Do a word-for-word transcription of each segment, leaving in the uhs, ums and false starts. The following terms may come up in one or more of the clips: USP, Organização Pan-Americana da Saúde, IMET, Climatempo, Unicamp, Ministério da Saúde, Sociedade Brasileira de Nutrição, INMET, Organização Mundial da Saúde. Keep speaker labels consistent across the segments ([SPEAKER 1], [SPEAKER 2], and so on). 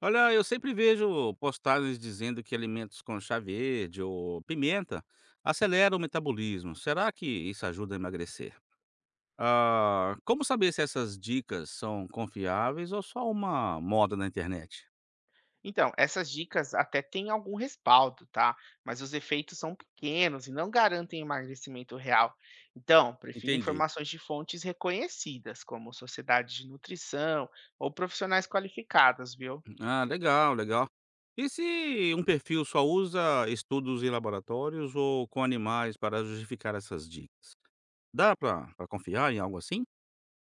[SPEAKER 1] Olha, eu sempre vejo postagens dizendo que alimentos com chá verde ou pimenta aceleram o metabolismo. Será que isso ajuda a emagrecer? Ah, como saber se essas dicas são confiáveis ou só uma moda na internet?
[SPEAKER 2] Então, essas dicas até têm algum respaldo, tá? Mas os efeitos são pequenos e não garantem emagrecimento real. Então, prefira
[SPEAKER 1] Entendi.
[SPEAKER 2] informações de fontes reconhecidas, como sociedades de nutrição ou profissionais qualificados, viu?
[SPEAKER 1] Ah, legal, legal. E se um perfil só usa estudos em laboratórios ou com animais para justificar essas dicas? Dá para confiar em algo assim?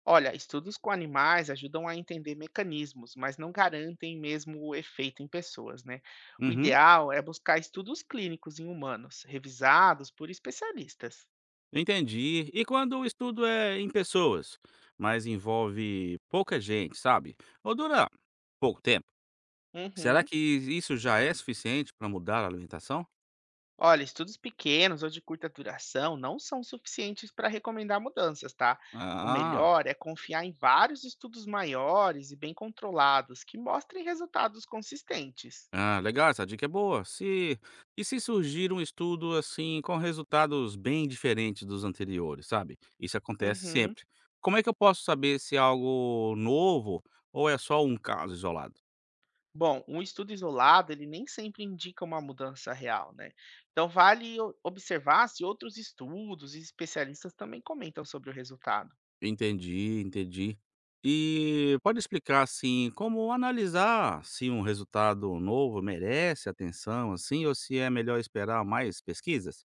[SPEAKER 2] Olha, estudos com animais ajudam a entender mecanismos, mas não garantem mesmo o efeito em pessoas, né? O
[SPEAKER 1] Uhum.
[SPEAKER 2] ideal é buscar estudos clínicos em humanos, revisados por especialistas.
[SPEAKER 1] Entendi. E quando o estudo é em pessoas, mas envolve pouca gente, sabe? Ou dura pouco tempo. Será
[SPEAKER 2] Uhum.
[SPEAKER 1] que isso já é suficiente para mudar a alimentação?
[SPEAKER 2] Olha, estudos pequenos ou de curta duração não são suficientes para recomendar mudanças, tá? O
[SPEAKER 1] Ah,
[SPEAKER 2] melhor é confiar em vários estudos maiores e bem controlados que mostrem resultados consistentes.
[SPEAKER 1] ah, legal, essa dica é boa. Se, e se surgir um estudo assim com resultados bem diferentes dos anteriores, sabe? Isso acontece
[SPEAKER 2] Uhum.
[SPEAKER 1] sempre. Como é que eu posso saber se é algo novo ou é só um caso isolado?
[SPEAKER 2] Bom, um estudo isolado, ele nem sempre indica uma mudança real, né? Então vale o- observar se outros estudos e especialistas também comentam sobre o resultado.
[SPEAKER 1] Entendi, entendi. E pode explicar, assim, como analisar se um resultado novo merece atenção, assim, ou se é melhor esperar mais pesquisas?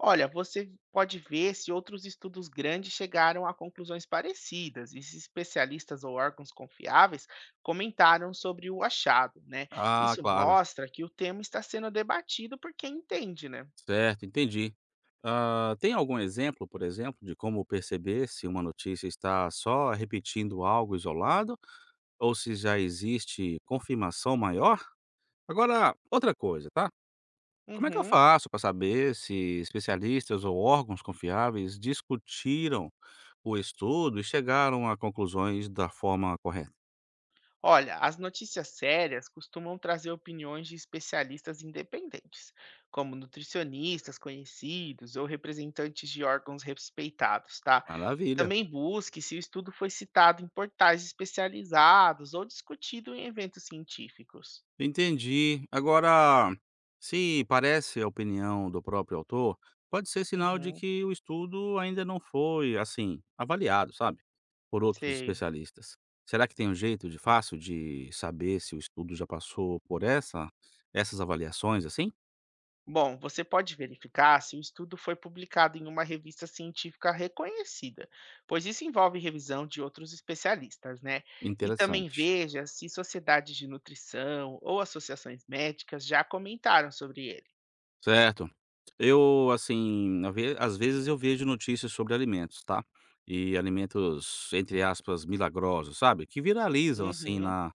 [SPEAKER 2] Olha, você pode ver se outros estudos grandes chegaram a conclusões parecidas e se especialistas ou órgãos confiáveis comentaram sobre o achado, né?
[SPEAKER 1] Ah,
[SPEAKER 2] Isso
[SPEAKER 1] claro.
[SPEAKER 2] mostra que o tema está sendo debatido por quem entende, né?
[SPEAKER 1] Certo, entendi. Ah, tem algum exemplo, por exemplo, de como perceber se uma notícia está só repetindo algo isolado ou se já existe confirmação maior? Agora, outra coisa, tá? Como é que eu
[SPEAKER 2] Uhum.
[SPEAKER 1] faço para saber se especialistas ou órgãos confiáveis discutiram o estudo e chegaram a conclusões da forma correta.
[SPEAKER 2] Olha, as notícias sérias costumam trazer opiniões de especialistas independentes, como nutricionistas conhecidos ou representantes de órgãos respeitados, tá?
[SPEAKER 1] Maravilha.
[SPEAKER 2] Também busque se o estudo foi citado em portais especializados ou discutido em eventos científicos.
[SPEAKER 1] Entendi. Agora, se parece a opinião do próprio autor, pode ser sinal de
[SPEAKER 2] Uhum,
[SPEAKER 1] que o estudo ainda não foi, assim, avaliado, sabe? Por outros
[SPEAKER 2] sei.
[SPEAKER 1] especialistas. Será que tem um jeito de fácil de saber se o estudo já passou por essa, essas avaliações, assim?
[SPEAKER 2] Bom, você pode verificar se o estudo foi publicado em uma revista científica reconhecida, pois isso envolve revisão de outros especialistas, né? E também
[SPEAKER 1] Interessante.
[SPEAKER 2] veja se sociedades de nutrição ou associações médicas já comentaram sobre ele.
[SPEAKER 1] Certo. Eu, assim, a ve às vezes eu vejo notícias sobre alimentos, tá. E alimentos, entre aspas, "milagrosos", sabe, que viralizam, assim,
[SPEAKER 2] Uhum.
[SPEAKER 1] na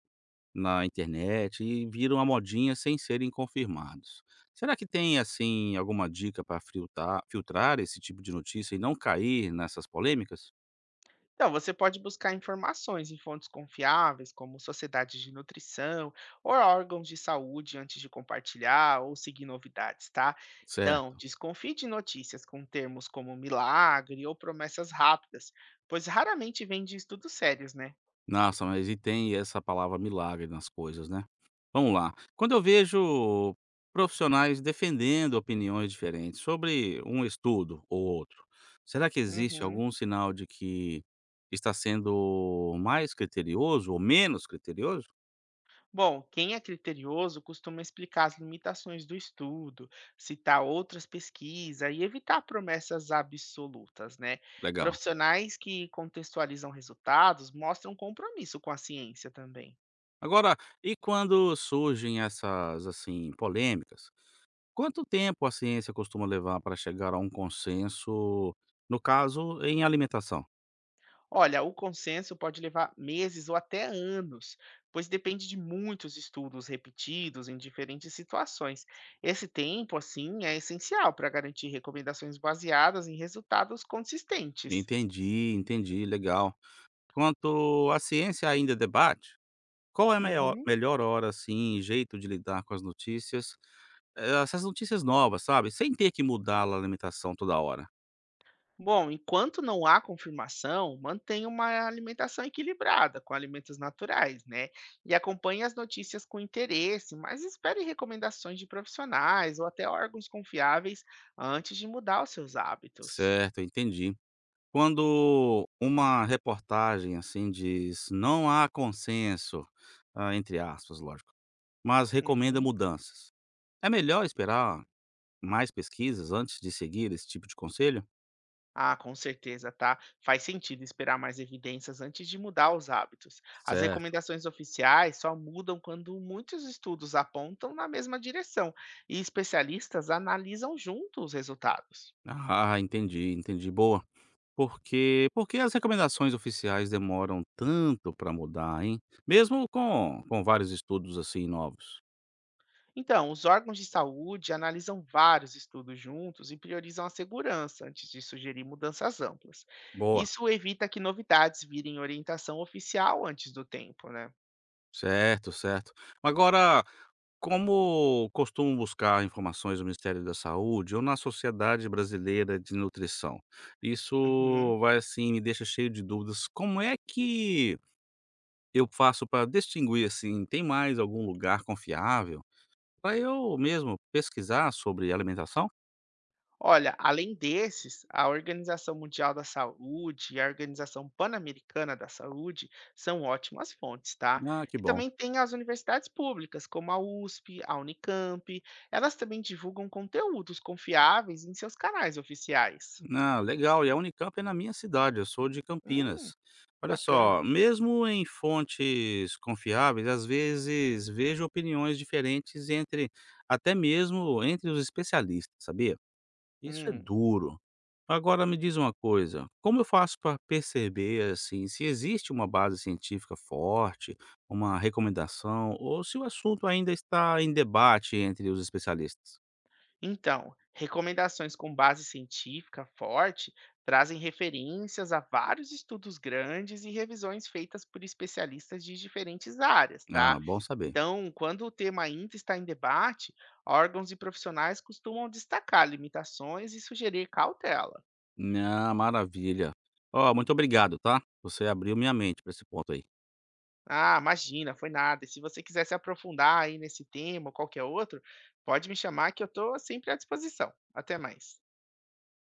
[SPEAKER 1] na internet e viram a modinha sem serem confirmados. Será que tem, assim, alguma dica para friutar filtrar esse tipo de notícia e não cair nessas polêmicas?
[SPEAKER 2] Então, você pode buscar informações em fontes confiáveis, como sociedades de nutrição ou órgãos de saúde antes de compartilhar ou seguir novidades, tá? Então,
[SPEAKER 1] Certo.
[SPEAKER 2] desconfie de notícias com termos como milagre ou promessas rápidas, pois raramente vem de estudos sérios, né?
[SPEAKER 1] Nossa, mas e tem essa palavra milagre nas coisas, né. Vamos lá, quando eu vejo profissionais defendendo opiniões diferentes sobre um estudo ou outro, será que existe
[SPEAKER 2] Uhum.
[SPEAKER 1] algum sinal de que está sendo mais criterioso ou menos criterioso?
[SPEAKER 2] Bom, quem é criterioso costuma explicar as limitações do estudo, citar outras pesquisas e evitar promessas absolutas, né?
[SPEAKER 1] Legal.
[SPEAKER 2] Profissionais que contextualizam resultados mostram compromisso com a ciência também.
[SPEAKER 1] Agora, e quando surgem essas, assim, polêmicas, quanto tempo a ciência costuma levar para chegar a um consenso, no caso, em alimentação?
[SPEAKER 2] Olha, o consenso pode levar meses ou até anos, pois depende de muitos estudos repetidos em diferentes situações. Esse tempo, assim, é essencial para garantir recomendações baseadas em resultados consistentes.
[SPEAKER 1] Entendi, entendi, legal. Quanto a ciência ainda debate, qual é a meio
[SPEAKER 2] Uhum.
[SPEAKER 1] melhor hora, assim, e jeito de lidar com as notícias, eh, essas notícias novas, sabe, sem ter que mudar a alimentação toda hora.
[SPEAKER 2] Bom, enquanto não há confirmação, mantenha uma alimentação equilibrada com alimentos naturais, né? E acompanhe as notícias com interesse, mas espere recomendações de profissionais ou até órgãos confiáveis antes de mudar os seus hábitos.
[SPEAKER 1] Certo, entendi. Quando uma reportagem, assim, diz: "Não há consenso", ah, entre aspas, lógico, mas recomenda
[SPEAKER 2] Uhum.
[SPEAKER 1] mudanças, é melhor esperar mais pesquisas antes de seguir esse tipo de conselho?
[SPEAKER 2] Ah, com certeza, tá? Faz sentido esperar mais evidências antes de mudar os hábitos. As
[SPEAKER 1] Certo.
[SPEAKER 2] recomendações oficiais só mudam quando muitos estudos apontam na mesma direção e especialistas analisam juntos os resultados.
[SPEAKER 1] Ah, entendi, entendi. Boa. Porque porque as recomendações oficiais demoram tanto para mudar, hein? Mesmo com com vários estudos, assim, novos.
[SPEAKER 2] Então, os órgãos de saúde analisam vários estudos juntos e priorizam a segurança antes de sugerir mudanças amplas.
[SPEAKER 1] Boa,
[SPEAKER 2] Isso evita que novidades virem orientação oficial antes do tempo, né?
[SPEAKER 1] certo, certo. Agora, como costumo buscar informações no Ministério da Saúde ou na Sociedade Brasileira de Nutrição?
[SPEAKER 2] Uhum.
[SPEAKER 1] Isso vai, assim, me deixa cheio de dúvidas. Como é que eu faço para distinguir, assim, tem mais algum lugar confiável para eu mesmo pesquisar sobre alimentação?
[SPEAKER 2] Olha, além desses, a Organização Mundial da Saúde e a Organização Pan-Americana da Saúde são ótimas fontes, tá?
[SPEAKER 1] Ah, que
[SPEAKER 2] E
[SPEAKER 1] bom.
[SPEAKER 2] também tem as universidades públicas, como a USP, a Unicamp, elas também divulgam conteúdos confiáveis em seus canais oficiais.
[SPEAKER 1] Ah, legal. E a Unicamp é na minha cidade, eu sou de
[SPEAKER 2] Hum.
[SPEAKER 1] Campinas. Olha
[SPEAKER 2] Bacana.
[SPEAKER 1] só, mesmo em fontes confiáveis, às vezes vejo opiniões diferentes entre, até mesmo entre os especialistas, sabia? Isso é
[SPEAKER 2] Hum.
[SPEAKER 1] duro. Agora me diz uma coisa, como eu faço para perceber assim se existe uma base científica forte, uma recomendação, ou se o assunto ainda está em debate entre os especialistas?
[SPEAKER 2] Então, recomendações com base científica forte trazem referências a vários estudos grandes e revisões feitas por especialistas de diferentes áreas, tá?
[SPEAKER 1] Ah, bom saber.
[SPEAKER 2] Então, quando o tema ainda está em debate, órgãos e profissionais costumam destacar limitações e sugerir cautela.
[SPEAKER 1] Ah, maravilha. Ó, muito obrigado, tá? Você abriu minha mente para esse ponto aí.
[SPEAKER 2] Ah, imagina, foi nada. E se você quiser se aprofundar aí nesse tema ou qualquer outro, pode me chamar que eu estou sempre à disposição. Até mais.